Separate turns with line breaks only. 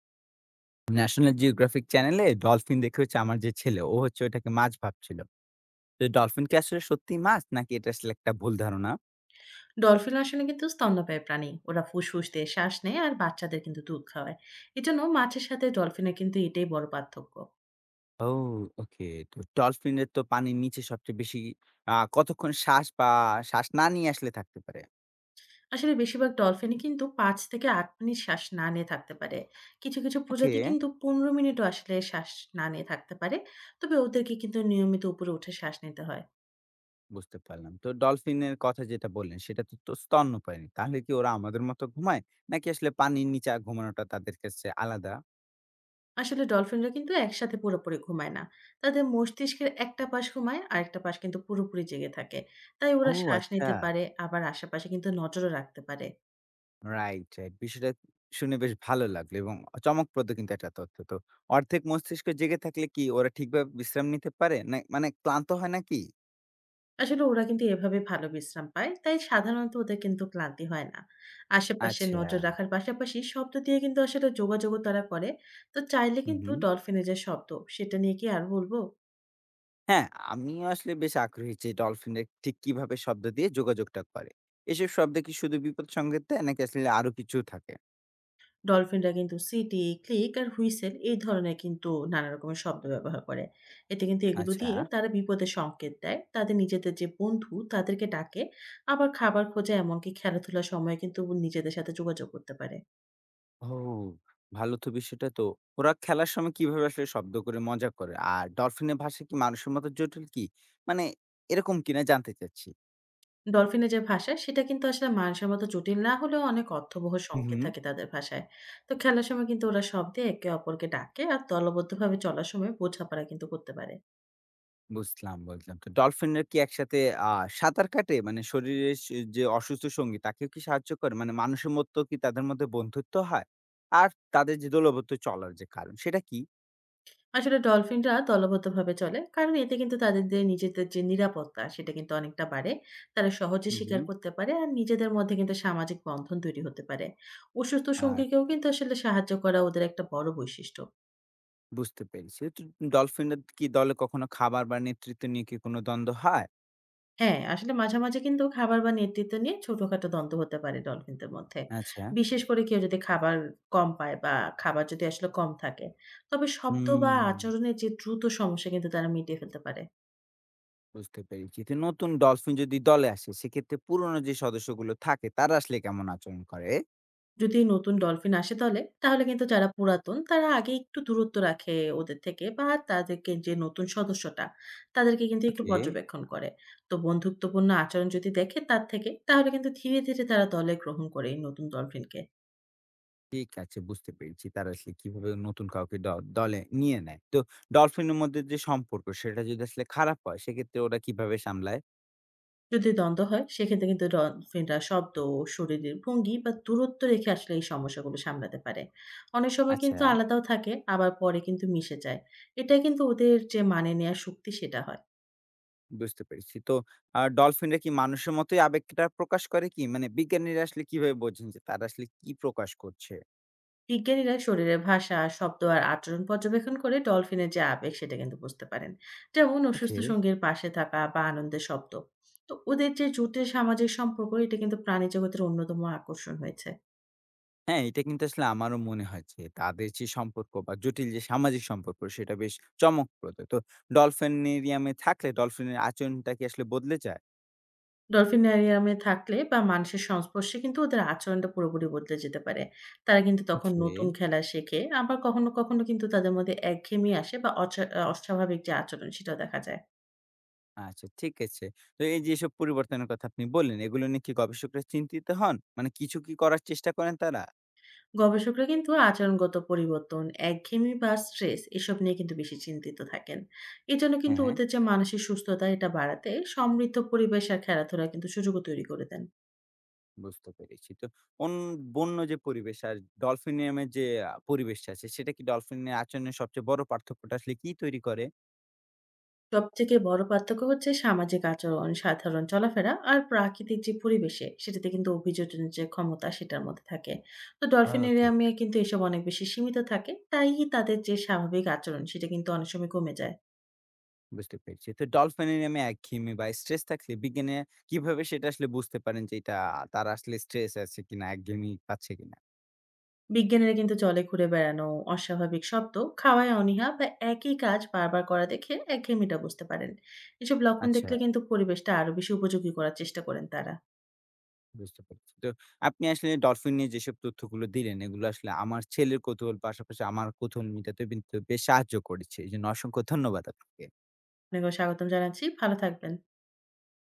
National geographic চ্যানেলে dolphin দেখে হচ্ছে আমার যে ছেলে ও হচ্ছে ওটাকে মাছ ভাবছিল। তো ডলফিন কি আসলে সত্যি মাছ, নাকি এটা আসলে একটা ভুল ধারণা?
ডলফিন আসলে কিন্তু স্তন্যপায়ী প্রাণী। ওরা ফুসফুস দিয়ে শ্বাস নেয় আর বাচ্চাদের কিন্তু দুধ খাওয়ায়। এজন্য মাছের সাথে ডলফিনের কিন্তু এটাই বড় পার্থক্য।
ও, ওকে। তো ডলফিনের তো পানির নিচে সবচেয়ে বেশি কতক্ষণ শ্বাস বা শ্বাস না নিয়ে আসলে থাকতে পারে?
আসলে বেশিরভাগ ডলফিনই কিন্তু 5 থেকে 8 মিনিট শ্বাস না নিয়ে থাকতে পারে। কিছু কিছু
ওকে।
প্রজাতি কিন্তু 15 মিনিটও আসলে শ্বাস না নিয়ে থাকতে পারে। তবে ওদেরকে কিন্তু নিয়মিত উপরে উঠে শ্বাস নিতে হয়।
বুঝতে পারলাম। তো ডলফিনের কথা যেটা বললেন, সেটা তো তো স্তন্যপায়ী, তাহলে কি ওরা আমাদের মতো ঘুমায়, নাকি আসলে পানির নিচে ঘুমানোটা তাদের কাছে আলাদা?
আসলে ডলফিনরা কিন্তু একসাথে পুরোপুরি ঘুমায় না। তাদের মস্তিষ্কের একটা পাশ ঘুমায় আর একটা পাশ কিন্তু পুরোপুরি জেগে থাকে। তাই
ও,
ওরা শ্বাস
আচ্ছা।
নিতে পারে, আবার আশেপাশে কিন্তু নজরও রাখতে পারে।
Right, right. বিষয়টা শুনে বেশ ভালো লাগলো, এবং চমকপ্রদ কিন্তু একটা তথ্য। তো অর্ধেক মস্তিষ্ক জেগে থাকলে কি ওরা ঠিকভাবে বিশ্রাম নিতে পারে? না মানে ক্লান্ত হয় নাকি?
আসলে ওরা কিন্তু এভাবে ভালো বিশ্রাম পায়, তাই সাধারণত ওদের কিন্তু ক্লান্তি হয় না। আশেপাশে
আচ্ছা।
নজর রাখার পাশাপাশি শব্দ দিয়ে কিন্তু আসলে যোগাযোগও তারা করে। তো চাইলে
হু,
কিন্তু
হু।
ডলফিনের যে শব্দ, সেটা নিয়ে কি আর বলবো?
হ্যাঁ, আমিও আসলে বেশ আগ্রহী যে ডলফিনরা ঠিক কিভাবে শব্দ দিয়ে যোগাযোগটা করে। এসব শব্দে কি শুধু বিপদ সংকেত দেয়, নাকি আসলে আরো কিছু থাকে?
ডলফিনরা কিন্তু সিটি, ক্লিক আর হুইসেল এই ধরনের কিন্তু নানা রকমের শব্দ ব্যবহার করে। এতে কিন্তু এগুলো
আচ্ছা।
দিয়ে তারা বিপদের সংকেত দেয়। তাদের নিজেদের যে বন্ধু, তাদেরকে ডাকে। আবার খাবার খোঁজে, এমনকি খেলাধুলার সময় কিন্তু নিজেদের সাথে যোগাযোগ করতে পারে।
ও, ভালো তো বিষয়টা তো। ওরা খেলার সময় কিভাবে আসলে শব্দ করে মজা করে? আর ডলফিনের ভাষা কি মানুষের মতো জটিল কি? মানে এরকম কিনা জানতে চাচ্ছি।
ডলফিনের যে ভাষা সেটা কিন্তু আসলে মানসম্মত জটিল না হলেও অনেক অর্থবহ
হু, হু।
সংকেত থাকে তাদের ভাষায়। তো খেলার সময় কিন্তু ওরা শব্দে একে অপরকে ডাকে আর দলবদ্ধভাবে চলার সময় বোঝাপড়া কিন্তু করতে পারে।
বুঝলাম, বুঝলাম। তো ডলফিনরা কি একসাথে আ সাঁতার কাটে? মানে শরীরের যে অসুস্থ সঙ্গী তাকেও কি সাহায্য করে? মানে মানুষের মতো কি তাদের মধ্যে বন্ধুত্ব হয়? আর তাদের যে দলবদ্ধ চলার যে কারণ সেটা কি?
আসলে ডলফিনরা দলবদ্ধভাবে চলে কারণ এতে কিন্তু তাদের নিজেদের যে নিরাপত্তা সেটা কিন্তু অনেকটা বাড়ে। তারা সহজে
হু,
স্বীকার
হুম।
করতে পারে আর নিজেদের মধ্যে কিন্তু সামাজিক বন্ধন তৈরি হতে পারে। অসুস্থ সঙ্গীকেও
আচ্ছা,
কিন্তু আসলে সাহায্য করা ওদের একটা বড় বৈশিষ্ট্য।
বুঝতে পেরেছি। তো ডলফিনরা কি দলে কখনো খাবার বা নেতৃত্ব নিয়ে কি কোনো দ্বন্দ্ব হয়?
হ্যাঁ, আসলে মাঝে মাঝে কিন্তু খাবার বা নেতৃত্ব নিয়ে ছোটখাটো দ্বন্দ্ব হতে পারে ডলফিনদের মধ্যে।
আচ্ছা,
বিশেষ করে কেউ যদি খাবার কম পায় বা খাবার যদি আসলে কম থাকে। তবে শব্দ বা
হুম,
আচরণের যে দ্রুত সমস্যা কিন্তু তারা মিটিয়ে ফেলতে পারে।
বুঝতে পেরেছি। তো নতুন ডলফিন যদি দলে আসে, সেক্ষেত্রে পুরনো যে সদস্যগুলো থাকে তারা আসলে কেমন আচরণ করে?
যদি নতুন ডলফিন আসে দলে, তাহলে কিন্তু যারা পুরাতন তারা আগে একটু দূরত্ব রাখে ওদের থেকে, বা তাদেরকে যে নতুন সদস্যটা, তাদেরকে কিন্তু একটু
ওকে।
পর্যবেক্ষণ করে। তো বন্ধুত্বপূর্ণ আচরণ যদি দেখে তার থেকে, তাহলে কিন্তু ধীরে ধীরে তারা দলে গ্রহণ করে এই নতুন ডলফিনকে।
ঠিক আছে, বুঝতে পেরেছি। তারা আসলে কিভাবে নতুন কাউকে দলে নিয়ে নেয়। তো ডলফিনের মধ্যে যে সম্পর্ক সেটা যদি আসলে খারাপ হয় সেক্ষেত্রে ওরা কিভাবে সামলায়?
যদি দ্বন্দ্ব হয় সেক্ষেত্রে কিন্তু ডলফিনরা শব্দ, শরীরের ভঙ্গি বা দূরত্ব রেখে আসলে এই সমস্যাগুলো সামলাতে পারে। অনেক সময়
আচ্ছা,
কিন্তু আলাদাও থাকে, আবার পরে কিন্তু মিশে যায়। এটা কিন্তু ওদের যে মানিয়ে নেয়ার শক্তি সেটা হয়।
বুঝতে পেরেছি। তো ডলফিনরা কি মানুষের মতোই আবেগটা প্রকাশ করে কি? মানে বিজ্ঞানীরা আসলে কিভাবে বোঝেন যে তারা আসলে কি প্রকাশ করছে?
বিজ্ঞানীরা শরীরের ভাষা, শব্দ আর আচরণ পর্যবেক্ষণ করে ডলফিনের যে আবেগ সেটা কিন্তু বুঝতে পারেন। যেমন
ওকে।
অসুস্থ সঙ্গীর পাশে থাকা বা আনন্দের শব্দ। তো ওদের যে জোটের সামাজিক সম্পর্ক এটা কিন্তু প্রাণী জগতের অন্যতম আকর্ষণ হয়েছে।
হ্যাঁ, এটা কিন্তু আসলে আমারও মনে হয় যে তাদের যে সম্পর্ক বা জটিল যে সামাজিক সম্পর্ক সেটা বেশ চমকপ্রদ। তো ডলফিনেরিয়ামে থাকলে ডলফিনের আচরণটা কি আসলে বদলে যায়?
ডলফিনারিয়ামে থাকলে বা মানুষের সংস্পর্শে কিন্তু ওদের আচরণটা পুরোপুরি বদলে যেতে পারে। তারা কিন্তু তখন
ওকে।
নতুন খেলা শেখে। আবার কখনো কখনো কিন্তু তাদের মধ্যে একঘেয়েমি আসে বা অচা আ অস্বাভাবিক যে আচরণ সেটাও দেখা যায়।
আচ্ছা, ঠিক আছে। তো এই যে এসব পরিবর্তনের কথা আপনি বললেন, এগুলো নিয়ে কি গবেষকরা চিন্তিত হন? মানে কিছু কি করার চেষ্টা করেন তারা?
গবেষকরা কিন্তু আচরণগত পরিবর্তন, একঘেয়েমি বা স্ট্রেস এসব নিয়ে কিন্তু বেশি চিন্তিত থাকেন। এজন্য
হ্যাঁ,
কিন্তু
হ্যাঁ।
ওদের যে মানসিক সুস্থতা এটা বাড়াতে সমৃদ্ধ পরিবেশ আর খেলাধুলার কিন্তু সুযোগও তৈরি করে দেন।
বুঝতে পেরেছি। তো অন বন্য যে পরিবেশ আর ডলফিনিয়ামের যে পরিবেশটা আছে, সেটা কি ডলফিনের আচরণের সবচেয়ে বড় পার্থক্যটা আসলে কি তৈরি করে?
সবথেকে বড় পার্থক্য হচ্ছে সামাজিক আচরণ, সাধারণ চলাফেরা আর প্রাকৃতিক যে পরিবেশে সেটাতে কিন্তু অভিযোজনের যে ক্ষমতা সেটার মধ্যে থাকে। তো ডলফিন
ওকে।
অ্যাকুয়ারিয়ামে কিন্তু এসব অনেক বেশি সীমিত থাকে। তাই তাদের যে স্বাভাবিক আচরণ সেটা কিন্তু অনেক সময় কমে যায়।
বুঝতে পেরেছি। তো ডলফিনিয়ামে একঘেয়েমি বা স্ট্রেস থাকলে বিজ্ঞানীরা কিভাবে সেটা আসলে বুঝতে পারেন যে এটা তারা আসলে স্ট্রেস আছে কিনা, একঘেয়েমি পাচ্ছে কিনা?
বিজ্ঞানীরা কিন্তু জলে ঘুরে বেড়ানো, অস্বাভাবিক শব্দ, খাওয়ায় অনীহা বা একই কাজ বারবার করা দেখে একঘেয়েমিটা বুঝতে পারেন। এসব লক্ষণ
আচ্ছা।
দেখলে কিন্তু পরিবেশটা আরো বেশি উপযোগী করার চেষ্টা করেন তারা।
বুঝতে পেরেছি। তো আপনি আসলে ডলফিন নিয়ে যেসব তথ্যগুলো দিলেন, এগুলো আসলে আমার ছেলের কৌতূহল পাশাপাশি আমার কৌতূহল মেটাতে কিন্তু বেশ সাহায্য করেছে। এজন্য অসংখ্য ধন্যবাদ আপনাকে।
আপনাকেও স্বাগতম জানাচ্ছি। ভালো থাকবেন।